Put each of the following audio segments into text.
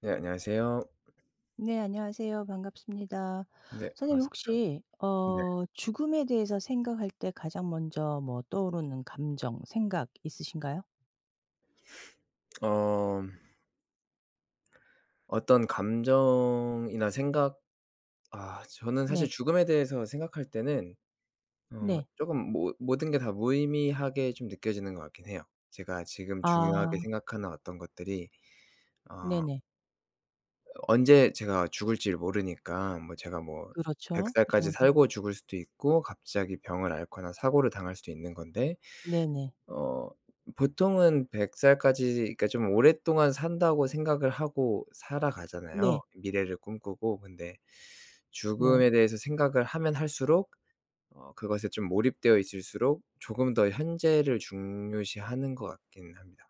네, 안녕하세요. 네, 안녕하세요. 반갑습니다. 네, 선생님 반갑습니다. 혹시 네. 죽음에 대해서 생각할 때 가장 먼저 뭐 떠오르는 감정, 생각 있으신가요? 어 어떤 감정이나 생각. 아 저는 사실 네. 죽음에 대해서 생각할 때는 네. 조금 모 모든 게 다 무의미하게 좀 느껴지는 것 같긴 해요. 제가 지금 아 중요하게 생각하는 어떤 것들이 어 네네. 언제 제가 죽을지를 모르니까 뭐 제가 뭐 100살 그렇죠. 살까지 어 살고 죽을 수도 있고 갑자기 병을 앓거나 사고를 당할 수도 있는 건데 네네. 어 보통은 100살 살까지, 그러니까 좀 오랫동안 산다고 생각을 하고 네. 살아가잖아요, 미래를 꿈꾸고. 근데 네. 죽음에 대해서 생각을 하면 할수록 그것에 좀 몰입되어 있을수록 조금 더 현재를 중요시하는 것 같긴 합니다.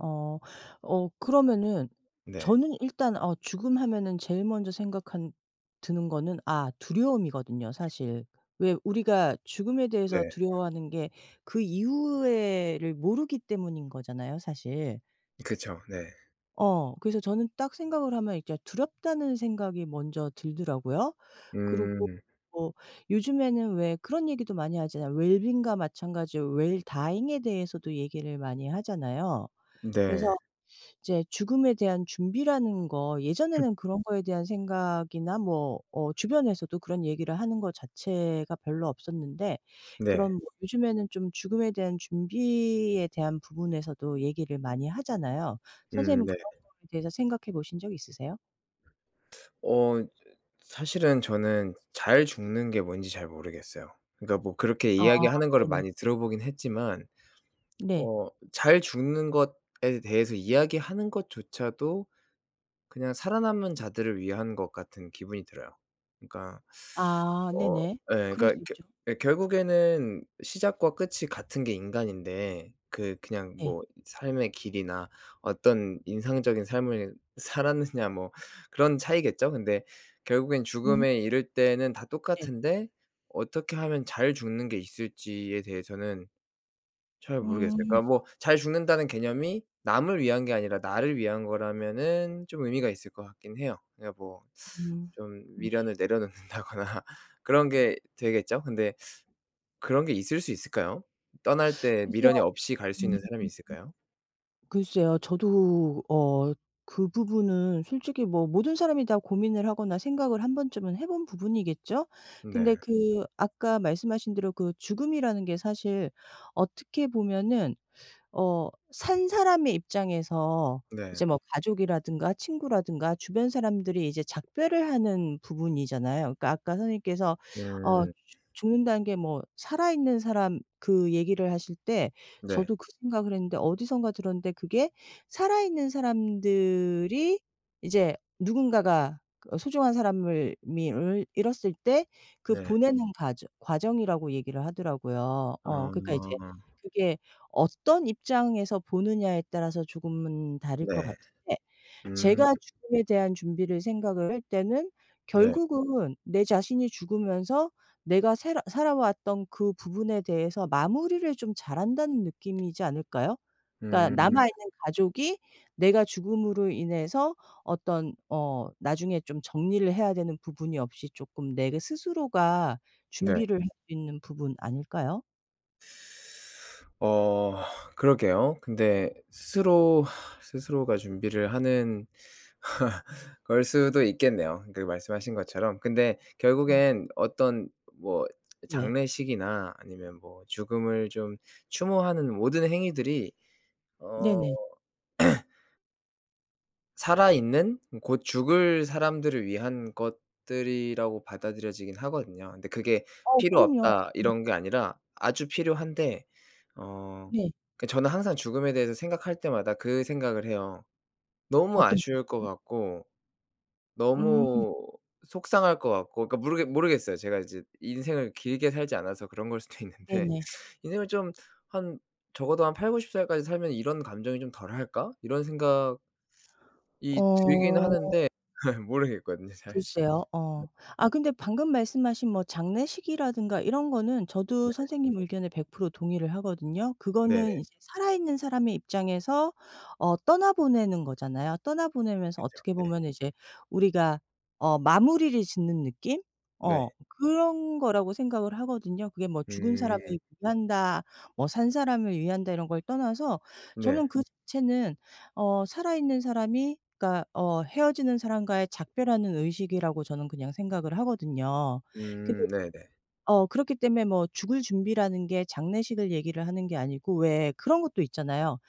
어. 그러면은 네. 저는 일단 죽음 하면은 제일 먼저 생각한 드는 거는 아, 두려움이거든요 사실. 왜 우리가 죽음에 대해서 네. 두려워하는 게 그 이후에를 모르기 때문인 거잖아요 사실. 그쵸. 네. 그래서 저는 딱 생각을 하면 이제 두렵다는 생각이 먼저 들더라고요. 그리고 음. 뭐 요즘에는 왜 그런 얘기도 많이 하잖아요. 웰빙과 마찬가지로 웰다잉에 대해서도 얘기를 많이 하잖아요. 네. 그래서 이제 죽음에 대한 준비라는 거 예전에는 그런 거에 대한 생각이나 뭐 주변에서도 그런 얘기를 하는 거 자체가 별로 없었는데 네. 그런 뭐 요즘에는 좀 죽음에 대한 준비에 대한 부분에서도 얘기를 많이 하잖아요. 음, 선생님은 네. 그런 거에 대해서 생각해 보신 적 있으세요? 어 사실은 저는 잘 죽는 게 뭔지 잘 모르겠어요. 그러니까 뭐 그렇게 아 이야기하는 거를 네네. 많이 들어보긴 했지만 네. 잘 죽는 것에 대해서 이야기하는 것조차도 그냥 살아남은 자들을 위한 것 같은 기분이 들어요. 그러니까 아 어 네네. 예 그럴 그러니까 수 겨 있죠. 예, 결국에는 시작과 끝이 같은 게 인간인데 그냥 네. 뭐 삶의 길이나 어떤 인상적인 삶을 살았느냐, 뭐 그런 차이겠죠. 근데 결국엔 음 죽음에 이를 때는 다 네. 똑같은데 어떻게 하면 잘 죽는 게 있을지에 대해서는 잘 모르겠어요. 음. 그러니까 뭐 잘 죽는다는 개념이 남을 위한 게 아니라 나를 위한 거라면은 좀 의미가 있을 것 같긴 해요. 그러니까 뭐 음. 좀 네. 미련을 내려놓는다거나 그런 게 되겠죠? 근데 그런 게 있을 수 있을까요? 떠날 때 글쎄요. 미련이 없이 갈 수 있는 사람이 있을까요? 글쎄요. 저도 어, 그 부분은 솔직히 뭐 모든 사람이 다 고민을 하거나 생각을 한 번쯤은 해본 부분이겠죠? 근데 네. 그 아까 말씀하신 대로 그 죽음이라는 게 사실 어떻게 보면은 어, 산 사람의 입장에서 네. 이제 뭐 가족이라든가 친구라든가 주변 사람들이 이제 작별을 하는 부분이잖아요. 그러니까 아까 선생님께서 어 음. 죽 죽는다는 게 뭐 살아있는 사람 그 얘기를 하실 때 네. 저도 그 생각을 했는데 어디선가 들었는데 그게 살아있는 사람들이 이제 누군가가 그 소중한 사람을 미 을 잃었을 때 그 네. 보내는 과정이라고 얘기를 하더라고요. 그러니까 이제 아. 그게 어떤 입장에서 보느냐에 따라서 조금은 다를 것 네. 같은데 음. 제가 죽음에 대한 준비를 생각을 할 때는 네. 결국은 내 자신이 죽으면서 내가 살아왔던 그 부분에 대해서 마무리를 좀 잘한다는 느낌이지 않을까요? 그러니까 남아 음. 있는 가족이 내가 죽음으로 인해서 어떤 나중에 좀 정리를 해야 되는 부분이 없이 쪼끔 내 스스로가 네. 준비를 할 수 있는 부분 아닐까요? 어 그러게요. 근데 스스로 스스로가 준비를 하는 걸 수도 있겠네요, 그 말씀하신 것처럼. 근데 음. 결국엔 어떤 뭐 네. 장례식이나 아니면 뭐 죽음을 좀 추모하는 모든 행위들이 어 네네. 살아있는, 곧 죽을 사람들을 위한 것들이라고 받아들여지긴 하거든요. 근데 그게 어 '필요 그럼요. 없다.' 네. 이런 게 아니라 아주 필요한데, 어 네. 그 저는 항상 죽음에 대해서 생각할 때마다 그 생각을 해요. 너무 어떤 아쉬울 것 생각이요? 같고 음 너무 속상할 것 같고. 그러니까 모르겠어요. 제가 이제 인생을 길게 살지 않아서 그런 걸 수도 있는데 네네. 인생을 좀 한, 적어도 한 80-90 살까지 살면 '이런 감정이 좀 덜할까?' 이런 생각 이 들긴 어. 하는데 모르겠거든요 잘. 글쎄요. 어. 네. 아 근데 방금 말씀하신 뭐 장례식이라든가 이런 거는 저도 네. 선생님 의견에 100% 동의를 하거든요. 그거는 네네. 이제 살아있는 사람의 입장에서 떠나보내는 거잖아요. 떠나보내면서 어떻게 네. 보면 이제 우리가 어, 마무리를 짓는 느낌? 어, 네. 그런 거라고 생각을 하거든요. 그게 뭐 죽은 음. 사람을 위한다 뭐 산 사람을 위한다 이런 걸 떠나서 저는 네. 그 자체는 어, 살아있는 사람이 그러니까 어, 헤어지는 사람과의 작별하는 의식이라고 저는 그냥 생각을 하거든요. 근데 음. 네네. 그렇기 때문에 뭐 죽을 준비라는 게 장례식을 얘기를 하는 게 아니고 왜 그런 것도 있잖아요.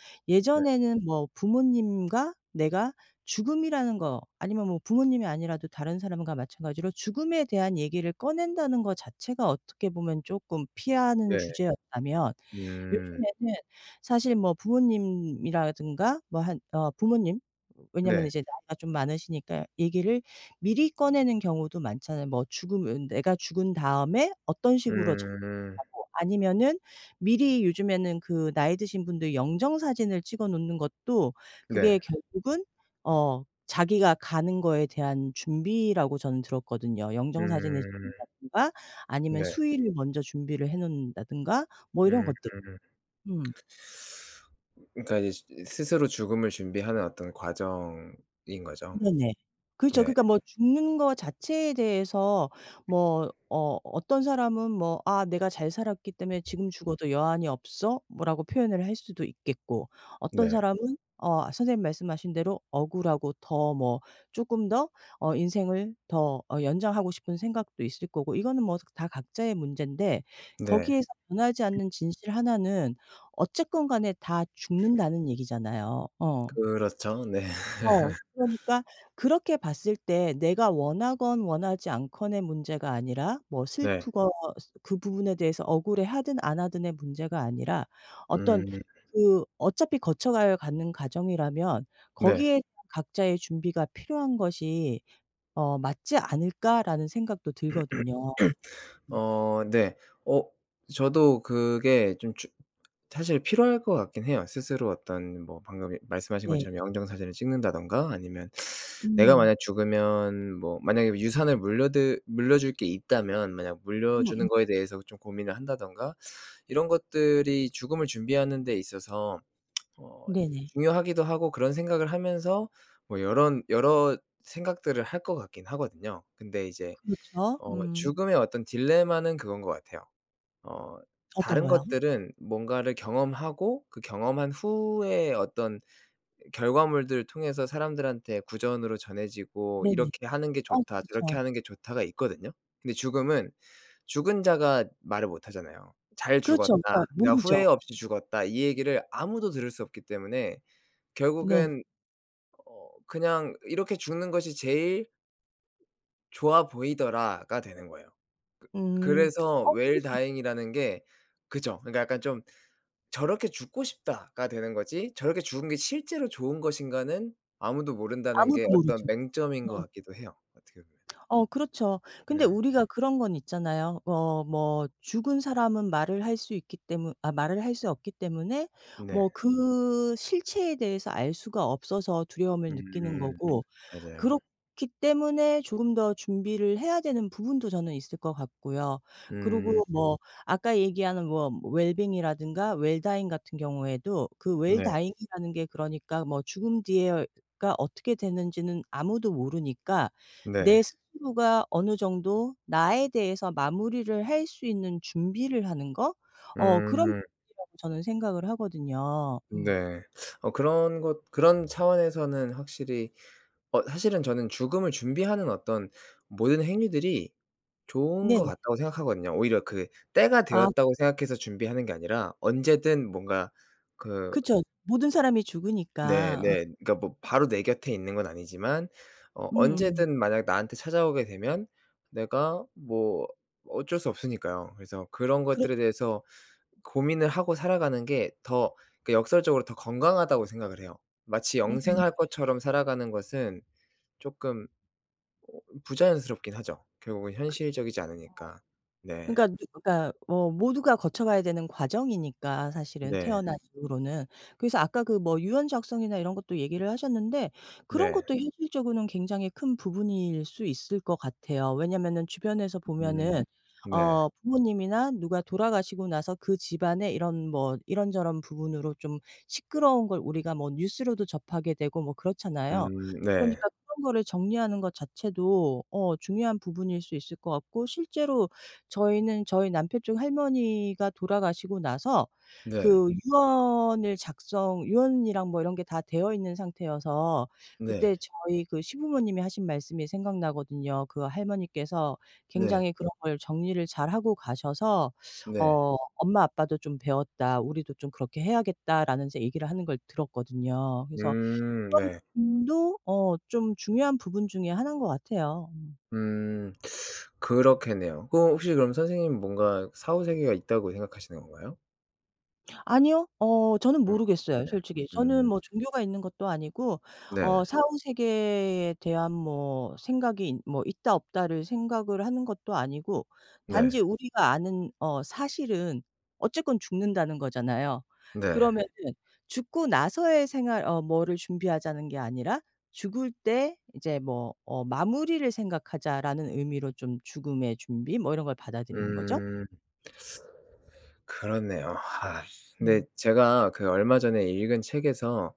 네. 예전에는 뭐 부모님과 내가 죽음이라는 거 아니면 뭐 부모님이 아니라도 다른 사람과 마찬가지로 죽음에 대한 얘기를 꺼낸다는 거 자체가 어떻게 보면 조금 피하는 네. 주제였다면 음. 요즘에는 사실 뭐 부모님이라든가 뭐 한 부모님 왜냐면 네. 이제 나이가 좀 많으시니까 얘기를 미리 꺼내는 경우도 많잖아요. 뭐 죽으면 내가 죽은 다음에 어떤 식으로 음. 하고 아니면은 미리 요즘에는 그 나이 드신 분들 영정 사진을 찍어 놓는 것도 그게 네. 결국은 어, 자기가 가는 거에 대한 준비라고 저는 들었거든요. 영정 사진을 음. 찍는다든가 아니면 네. 수의를 먼저 준비를 해 놓는다든가 뭐 이런 음. 것들. 음. 그러니까 이제 스 스스로 죽음을 준비하는 어떤 과정인 거죠. 네네. 그렇죠. 네. 그러니까 뭐 죽는 거 자체에 대해서 뭐 어떤 사람은 뭐 '아, 내가 잘 살았기 때문에 지금 죽어도 여한이 없어.' 뭐라고 표현을 할 수도 있겠고 어떤 네. 사람은 어, 선생님 말씀하신 대로 억울하고 더 뭐 쪼끔 더 어, 인생을 더 연장하고 싶은 생각도 있을 거고, 이거는 뭐 다 각자의 문제인데 네. 거기에서 변하지 않는 진실 하나는 어쨌건 간에 다 죽는다는 얘기잖아요. 어. 그렇죠. 네. 어. 그러니까 그렇게 봤을 때 내가 원하건 원하지 않건의 문제가 아니라 뭐 네. 슬프거 그 부분에 대해서 억울해하든 안 하든의 문제가 아니라 어떤 음. 그 어차피 거쳐가야 가는 과정이라면 네. 거기에 대한 각자의 준비가 필요한 것이 어, '맞지 않을까?'라는 생각도 들거든요. 음. 어 네. 어 저도 그게 좀주 사실 필요할 것 같긴 해요. 스스로 어떤, 뭐 방금 말씀하신 네. 것처럼 영정사진을 찍는다든가, 아니면 내가 음. 만약 죽으면 뭐 만약에 유산을 물려드 물려줄 게 있다면 만약 물려주는 음음. 거에 대해서 좀 고민을 한다든가, 이런 것들이 죽음을 준비하는 데 있어서 어 네네. 중요하기도 하고. 그런 생각을 하면서 뭐 여런 여러 생각들을 할 것 같긴 하거든요. 근데 이제 그렇죠. 음. 죽음의 어떤 딜레마는 그건 것 같아요. 어 어떤 다른 거요? 것들은 뭔가를 경험하고 그 경험한 후에 어떤 결과물들을 통해서 사람들한테 구전으로 전해지고 네네. '이렇게 하는 게 어 좋다. 저렇게 그렇죠. 하는 게 좋다.'가 있거든요. 근데 죽음은 죽은 자가 말을 못 하잖아요. "잘 그렇죠. 죽었다. 그러니까 내가 후회 모르죠. 없이 죽었다." 이 얘기를 아무도 들을 수 없기 때문에 네. 결국엔 그냥 '이렇게 죽는 것이 제일 좋아 보이더라.'가 되는 거예요. 음. 그래서 어 그럴 웰 수 있 다잉이라는 게, 그죠, 그러니까 약간 좀 '저렇게 죽고 싶다.'가 되는 거지, 저렇게 죽은 게 실제로 좋은 것인가는 아무도 모른다는 아무도 게 어떤 모르죠. 맹점인 것 음. 같기도 해요, 어떻게 보면. 어 그렇죠. 근데 네. 우리가 그런 건 있잖아요. 어 뭐 죽은 사람은 말을 할 수 있기 때문 아, 말을 할 수 없기 때문에 네. 뭐 그 실체에 대해서 알 수가 없어서 두려움을 느끼는 음, 거고 맞아요. 그렇기 때문에 조금 더 준비를 해야 되는 부분도 저는 있을 것 같고요. 음, 그리고 뭐 아까 얘기하는 뭐 웰빙이라든가 웰다잉 같은 경우에도 그 네. 웰다잉이라는 게 그러니까 뭐 죽음 뒤에가 어떻게 되는지는 아무도 모르니까 내 네. 스스로가 어느 정도 나에 대해서 마무리를 할 수 있는 준비를 하는 거? 어, 그런 음, 부분이라고 저는 생각을 하거든요. 음. 네. 어 그런 것, 그런 차원에서는 확실히 사실은 저는 죽음을 준비하는 어떤 모든 행위들이 좋은 것 네네. 같다고 생각하거든요. 오히려 그 때가 아 되었다고 생각해서 준비하는 게 아니라 언제든 뭔가 그 그쵸. 모든 사람이 네 죽으니까. 네. 어. 그러니까 뭐 바로 내 곁에 있는 건 아니지만 음음. 언제든 만약 나한테 찾아오게 되면 내가 뭐 어쩔 수 없으니까요. 그래서 그런 것들에 그렇죠. 대해서 고민을 하고 살아가는 게 더, 그 역설적으로 더 건강하다고 생각을 해요. 마치 음. 영생할 것처럼 살아가는 것은 조금 부자연스럽긴 하죠, 결국은 현실적이지 않으니까. 네. 그러니까 누 그러니까 어, 모두가 거쳐가야 되는 과정이니까 사실은 네. 태어난 네. 이후로는. 그래서 아까 그 뭐 유언 작성이나 이런 것도 얘기를 하셨는데 그런 네. 것도 네. 현실적으로는 굉장히 큰 부분일 수 있을 것 같아요. 왜냐면은 주변에서 음. 보면은 네. 네. 부모님이나 누가 돌아가시고 나서 그 집안의 이런 뭐 이런저런 부분으로 좀 시끄러운 걸 우리가 뭐 뉴스로도 접하게 되고 뭐 그렇잖아요. 음, 네. 그러니까 그런 거를 정리하는 것 자체도 어, 중요한 부분일 수 있을 것 같고 실제로 저희는 저희 남편 쪽 할머니가 돌아가시고 나서 네. 그 네. 유언을 작성 유언이랑 뭐 이런 게 다 되어 있는 상태여서 그때 네. 저희 그 시부모님이 하신 말씀이 생각나거든요. 그 할머니께서 네. 굉장히 그런 걸 정리를 잘하고 가셔서 네. 어, "엄마 아빠도 좀 배웠다. 우리도 좀 그렇게 해야겠다."라는 이제 얘기를 하는 걸 들었거든요. 그래서 음, 그런 네. 부분도 어, 좀 중요한 부분 중에 하나인 것 같아요. 음. 그렇겠네요. 그, 혹시 그럼 선생님 뭔가 사후 세계가 있다고 생각하시는 건가요? 아니요. 어, 저는 음, 네. 모르겠어요 솔직히. 저는 음, 뭐 종교가 있는 것도 아니고 네. 사후 세계에 대한 뭐 생각이 있 뭐 있다 없다를 생각을 하는 것도 아니고 네. 단지 우리가 아는 어, 사실은 어쨌건 죽는다는 거잖아요. 네. 그러면은 죽고 나서의 생활 뭐를 준비하자는 게 아니라 '죽을 때 이제 뭐 어 마무리를 생각하자.'라는 의미로 좀 죽음의 준비 뭐 이런 걸 받아들이는 거죠. 음, 그렇네요. 아 근데 음. 제가 그 얼마 전에 읽은 책에서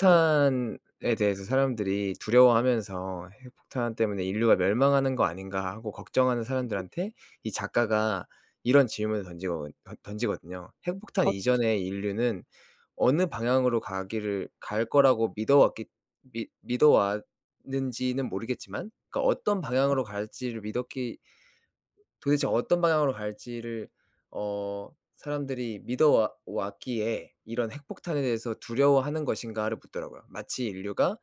네. 대해서 사람들이 두려워하면서 '핵폭탄 때문에 인류가 멸망하는 거 아닌가.' 하고 걱정하는 네네. 사람들한테 이 작가가 이런 질문을 던지거든요. "핵폭탄 어떤지. 이전의 인류는 어느 방향으로 가기를 갈 거라고 믿어 왔기 믿 믿어 왔는지는 모르겠지만, 그러니까 어떤 네. 방향으로 갈지를 믿었기, 도대체 어떤 방향으로 갈지를 어 사람들이 믿어 왔기에 '이런 핵폭탄에 대해서 두려워하는 것인가.'를 묻더라고요. 마치 인류가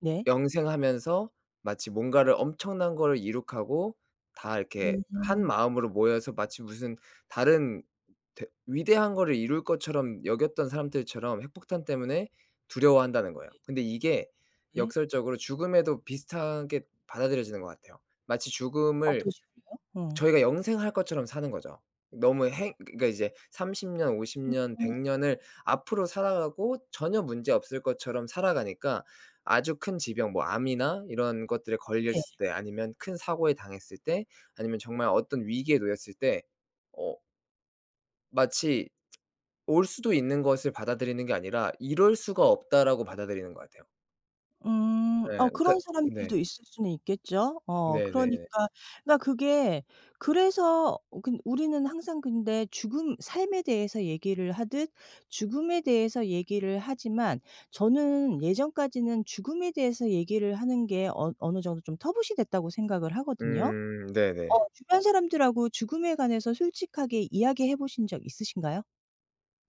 네. 영생하면서 마치 뭔가를, 엄청난 거를 이룩하고 다 이렇게 한 음. 마음으로 모여서 마치 무슨 다른 대 위대한 거를 이룰 것처럼 여겼던 사람들처럼 핵폭탄 때문에 두려워한다는 거예요. 근데 이게 네. 역설적으로 죽음에도 비슷하게 받아들여지는 것 같아요. 마치 죽음을, 어떤 식으로요? 어. 저희가 영생할 것처럼 사는 거죠. 너무 행 그러니까 이제 30년 년, 50년 음 년, 100년 년을 앞으로 살아가고 전혀 문제 없을 것처럼 살아가니까, 아주 큰 질병 뭐 암이나 이런 것들에 네. 걸렸을 때, 아니면 큰 사고에 당했을 때, 아니면 정말 어떤 위기에 놓였을 때 어 마치 올 수도 있는 것을 받아들이는 게 아니라 '이럴 수가 없다.'라고 받아들이는 것 같아요. 음. 어 네. 그러니까 그런 네. 사람들도 있을 수는 있겠죠. 어 네네. 그러니까 그러니까 그게 그래서 어 근 우리는 항상 근데 죽음 삶에 대해서 얘기를 하듯 죽음에 대해서 얘기를 하지만 저는 예전까지는 죽음에 대해서 얘기를 하는 게 어, 어느 정도 좀 터부시 됐다고 생각을 하거든요. 음, 어, 네네. 주변 사람들하고 죽음에 관해서 솔직하게 이야기해 보신 적 있으신가요?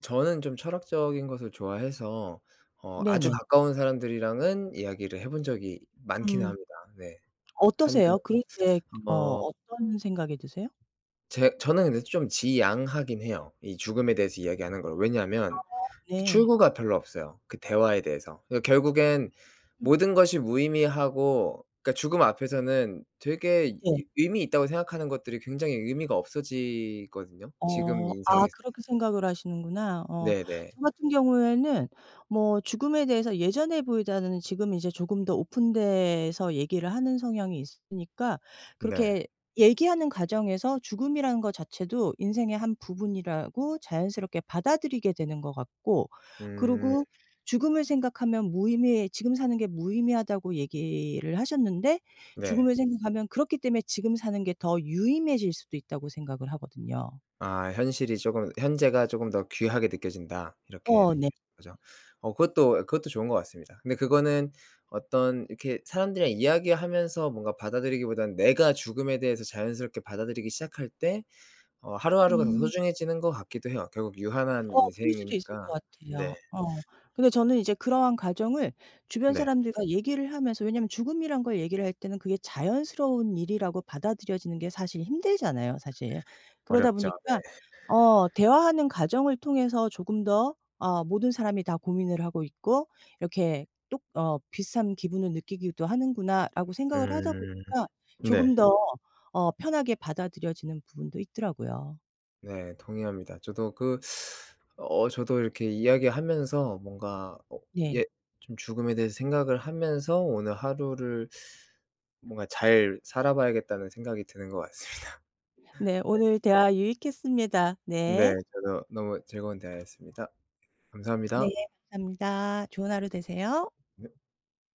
저는 좀 철학적인 것을 좋아해서 아주 네, 네네. 가까운 사람들이랑은 이야기를 해본 적이 많기는 음. 합니다. 네. 한두 명. 어떠세요? 그럴 때 음. 어 어떤 생각이 드세요? 제 저는 근데 좀 지양하긴 해요, 이 죽음에 대해서 이야기하는 걸. 왜냐하면 그 네. 출구가 별로 없어요, 그 대화에 대해서. 그러니까 결국엔 음. 모든 것이 무의미하고, 그러니까 죽음 앞에서는 되게 네. 이 의미 있다고 생각하는 것들이 굉장히 의미가 없어지거든요, 지금 어. 아 인생에서. 그렇게 생각을 하시는구나. 어. 네네. 저 같은 경우에는 뭐 죽음에 대해서 예전에 보다는 지금 이제 조금 더 오픈돼서 얘기를 하는 성향이 있으니까 네. 그렇게 얘기하는 과정에서 죽음이라는 것 자체도 인생의 한 부분이라고 자연스럽게 받아들이게 되는 것 같고 음. 그리고 죽음을 생각하면 무의미해 지금 사는 게 무의미하다고 얘기를 하셨는데 네. 죽음을 생각하면 그렇기 때문에 지금 사는 게 더 유의미해질 수도 있다고 생각을 하거든요. 아 현실이 조금, '현재가 조금 더 귀하게 느껴진다.' 이렇게 어 느껴진 네. 거죠. 어 그것도 그것도 좋은 것 같습니다. 근데 그거는 어떤 이렇게 사람들이랑 이야기하면서 뭔가 받아들이기보다는 내가 죽음에 대해서 자연스럽게 받아들이기 시작할 때 하루하루가 더 음. 소중해지는 것 같기도 해요. 결국 유한한 어 그럴 수도 있을 것 인생이니까. 같아요. 네. 어. 근데 저는 이제 그러한 과정을 주변 네. 사람들과 얘기를 하면서 왜냐면 죽음이란 걸 얘기를 할 때는 그게 자연스러운 일이라고 받아들여지는 게 사실 힘들잖아요, 사실. 그러다 어렵죠. 보니까 네. 어, 대화하는 과정을 통해서 조금 더 어, 모든 사람이 다 고민을 하고 있고 이렇게 똑 어, '비슷한 기분을 느끼기도 하는구나.'라고 생각을 하다 음. 보니까 조금 네. 더 어, 편하게 받아들여지는 부분도 있더라고요. 네. 동의합니다. 저도 그 저도 이렇게 이야기하면서 뭔가 네. 예 좀 죽음에 대해서 생각을 하면서 오늘 하루를 뭔가 '잘 살아봐야겠다.'는 생각이 드는 것 같습니다. 네. 오늘 대화 유익했습니다. 네. 네. 저도 너무 즐거운 대화였습니다. 네. 감사합니다. 감사합니다. 좋은 하루 되세요. 네.